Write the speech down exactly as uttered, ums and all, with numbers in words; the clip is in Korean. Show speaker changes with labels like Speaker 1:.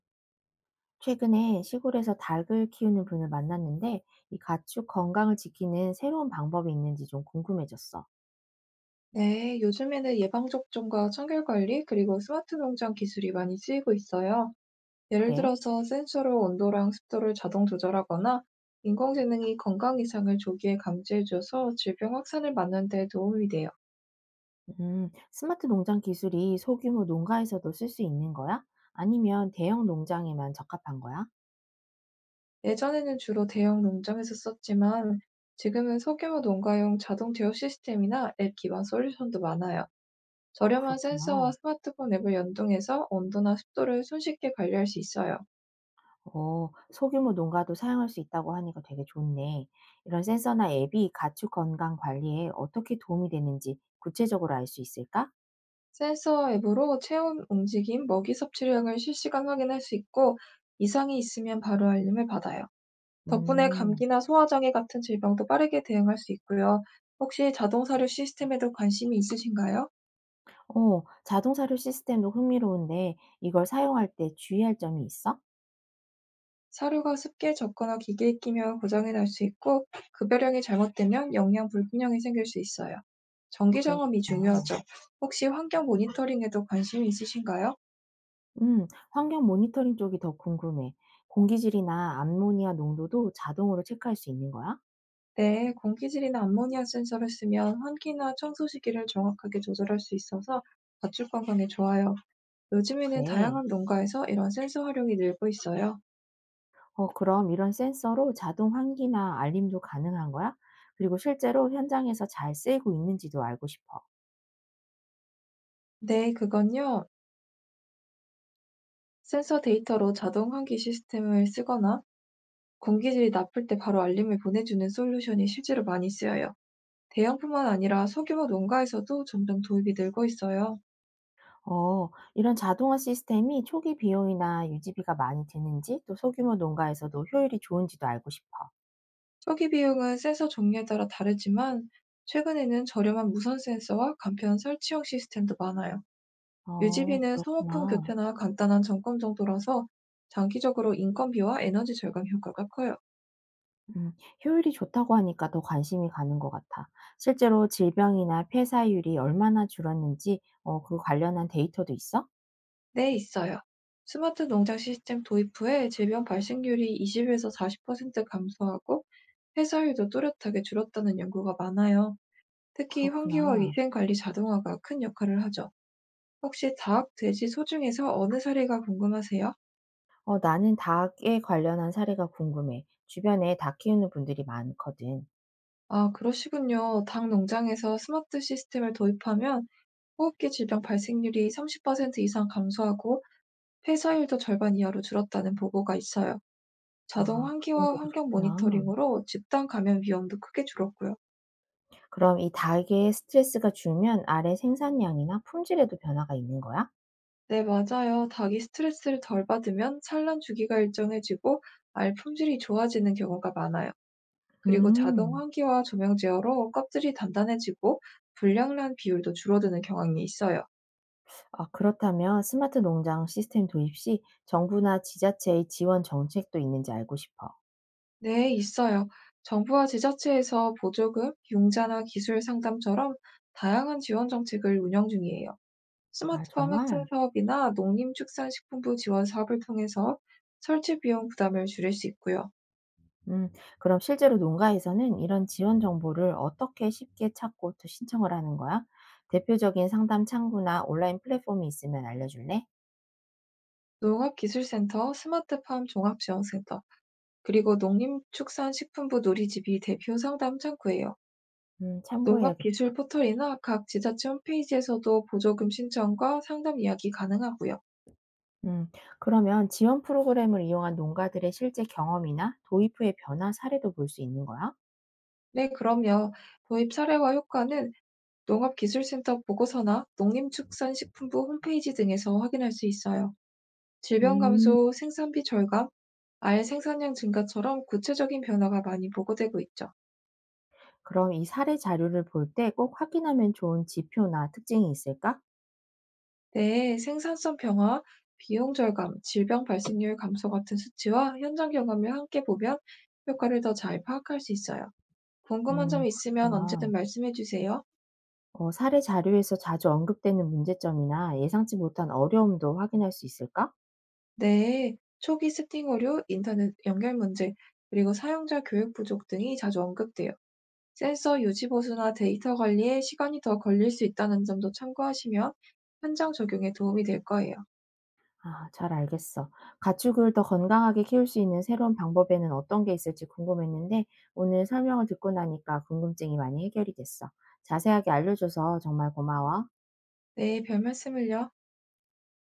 Speaker 1: 최근에 시골에서 닭을 키우는 분을 만났는데 이 가축 건강을 지키는 새로운 방법이 있는지 좀 궁금해졌어.
Speaker 2: 네, 요즘에는 예방접종과 청결관리, 그리고 스마트 농장 기술이 많이 쓰이고 있어요. 예를
Speaker 1: 그래?
Speaker 2: 들어서 센서로 온도랑 습도를 자동 조절하거나 인공지능이 건강 이상을 조기에 감지해줘서 질병 확산을 막는 데 도움이 돼요.
Speaker 1: 음, 스마트 농장 기술이 소규모 농가에서도 쓸 수 있는 거야? 아니면 대형 농장에만 적합한 거야?
Speaker 2: 예전에는 주로 대형 농장에서 썼지만 지금은 소규모 농가용 자동 제어 시스템이나 앱 기반 솔루션도 많아요. 저렴한 센서와
Speaker 1: 그렇구나.
Speaker 2: 스마트폰 앱을 연동해서 온도나 습도를 손쉽게 관리할 수 있어요.
Speaker 1: 어, 소규모 농가도 사용할 수 있다고 하니까 되게 좋네. 이런 센서나 앱이 가축 건강 관리에 어떻게 도움이 되는지 구체적으로 알 수 있을까?
Speaker 2: 센서 앱으로 체온, 움직임, 먹이 섭취량을 실시간 확인할 수 있고 이상이 있으면 바로 알림을 받아요. 덕분에
Speaker 1: 음.
Speaker 2: 감기나 소화장애 같은 질병도 빠르게 대응할 수 있고요. 혹시 자동 사료 시스템에도 관심이 있으신가요?
Speaker 1: 어, 자동 사료 시스템도 흥미로운데 이걸 사용할 때 주의할 점이 있어?
Speaker 2: 사료가 습기에 젖거나 기계에 끼면 고장이 날 수 있고 급여량이 잘못되면 영양 불균형이 생길 수 있어요. 정기 점검이
Speaker 1: 그렇구나.
Speaker 2: 중요하죠. 혹시 환경 모니터링에도 관심이 있으신가요?
Speaker 1: 음, 환경 모니터링 쪽이 더 궁금해. 공기질이나 암모니아 농도도 자동으로 체크할 수 있는 거야?
Speaker 2: 네, 공기질이나 암모니아 센서를 쓰면 환기나 청소 시기를 정확하게 조절할 수 있어서 가축 건강에 좋아요. 요즘에는
Speaker 1: 그래.
Speaker 2: 다양한 농가에서 이런 센서 활용이 늘고 있어요.
Speaker 1: 어, 그럼 이런 센서로 자동 환기나 알림도 가능한 거야? 그리고 실제로 현장에서 잘 쓰이고 있는지도 알고 싶어.
Speaker 2: 네, 그건요. 센서 데이터로 자동 환기 시스템을 쓰거나 공기질이 나쁠 때 바로 알림을 보내주는 솔루션이 실제로 많이 쓰여요. 대형뿐만 아니라 소규모 농가에서도 점점 도입이 늘고 있어요.
Speaker 1: 어, 이런 자동화 시스템이 초기 비용이나 유지비가 많이 드는지 또 소규모 농가에서도 효율이 좋은지도 알고 싶어.
Speaker 2: 초기 비용은 센서 종류에 따라 다르지만 최근에는 저렴한 무선 센서와 간편 설치형 시스템도 많아요.
Speaker 1: 어,
Speaker 2: 유지비는 사모품
Speaker 1: 그렇구나.
Speaker 2: 교체나 간단한 점검 정도라서 장기적으로 인건비와 에너지 절감 효과가 커요.
Speaker 1: 음, 효율이 좋다고 하니까 더 관심이 가는 것 같아. 실제로 질병이나 폐사율이 얼마나 줄었는지, 어, 그 관련한 데이터도 있어?
Speaker 2: 네, 있어요. 스마트 농장 시스템 도입 후에 질병 발생률이 이십에서 사십 퍼센트 감소하고 회사율도 뚜렷하게 줄었다는 연구가 많아요. 특히 환기와
Speaker 1: 그렇구나.
Speaker 2: 위생 관리 자동화가 큰 역할을 하죠. 혹시 닭, 돼지, 소 중에서 어느 사례가 궁금하세요?
Speaker 1: 어, 나는 닭에 관련한 사례가 궁금해. 주변에 닭 키우는 분들이 많거든.
Speaker 2: 아, 그러시군요. 닭 농장에서 스마트 시스템을 도입하면 호흡기 질병 발생률이 삼십 퍼센트 이상 감소하고 폐사율도 절반 이하로 줄었다는 보고가 있어요. 자동
Speaker 1: 와, 그
Speaker 2: 환기와
Speaker 1: 정도로
Speaker 2: 환경
Speaker 1: 좋구나.
Speaker 2: 모니터링으로 집단 감염 위험도 크게 줄었고요.
Speaker 1: 그럼 이 닭의 스트레스가 줄면 알의 생산량이나 품질에도 변화가 있는 거야?
Speaker 2: 네, 맞아요. 닭이 스트레스를 덜 받으면 산란 주기가 일정해지고 알 품질이 좋아지는 경우가 많아요. 그리고 자동
Speaker 1: 음,
Speaker 2: 환기와 조명 제어로 껍질이 단단해지고 불량란 비율도 줄어드는 경향이 있어요.
Speaker 1: 아, 그렇다면 스마트 농장 시스템 도입 시 정부나 지자체의 지원 정책도 있는지 알고 싶어.
Speaker 2: 네, 있어요. 정부와 지자체에서 보조금, 융자나 기술 상담처럼 다양한 지원 정책을 운영 중이에요.
Speaker 1: 아
Speaker 2: 스마트팜 확산
Speaker 1: 정말?
Speaker 2: 사업이나 농림축산식품부 지원 사업을 통해서 설치 비용 부담을 줄일 수 있고요.
Speaker 1: 음 그럼 실제로 농가에서는 이런 지원 정보를 어떻게 쉽게 찾고 또 신청을 하는 거야? 대표적인 상담 창구나 온라인 플랫폼이 있으면 알려줄래?
Speaker 2: 농업기술센터, 스마트팜 종합지원센터, 그리고 농림축산식품부 누리집이 대표 상담 창구예요.
Speaker 1: 음
Speaker 2: 농업기술
Speaker 1: 참고해야겠다.
Speaker 2: 포털이나 각 지자체 홈페이지에서도 보조금 신청과 상담 예약이 가능하고요.
Speaker 1: 음 그러면 지원 프로그램을 이용한 농가들의 실제 경험이나 도입 후의 변화 사례도 볼 수 있는 거야?
Speaker 2: 네, 그럼요. 도입 사례와 효과는 농업기술센터 보고서나 농림축산식품부 홈페이지 등에서 확인할 수 있어요. 질병
Speaker 1: 음
Speaker 2: 감소, 생산비 절감, 알 생산량 증가처럼 구체적인 변화가 많이 보고되고 있죠.
Speaker 1: 그럼 이 사례 자료를 볼 때 꼭 확인하면 좋은 지표나 특징이 있을까?
Speaker 2: 네, 생산성 평화, 비용 절감, 질병 발생률 감소 같은 수치와 현장 경험을 함께 보면 효과를 더 잘 파악할 수 있어요. 궁금한
Speaker 1: 음
Speaker 2: 점 있으면
Speaker 1: 그렇구나.
Speaker 2: 언제든 말씀해 주세요.
Speaker 1: 어 사례 자료에서 자주 언급되는 문제점이나 예상치 못한 어려움도 확인할 수 있을까?
Speaker 2: 네, 초기 스팅 오류, 인터넷 연결 문제, 그리고 사용자 교육 부족 등이 자주 언급돼요. 센서 유지 보수나 데이터 관리에 시간이 더 걸릴 수 있다는 점도 참고하시면 현장 적용에 도움이 될 거예요.
Speaker 1: 아, 잘 알겠어. 가축을 더 건강하게 키울 수 있는 새로운 방법에는 어떤 게 있을지 궁금했는데 오늘 설명을 듣고 나니까 궁금증이 많이 해결이 됐어. 자세하게 알려줘서 정말 고마워.
Speaker 2: 네, 별 말씀을요.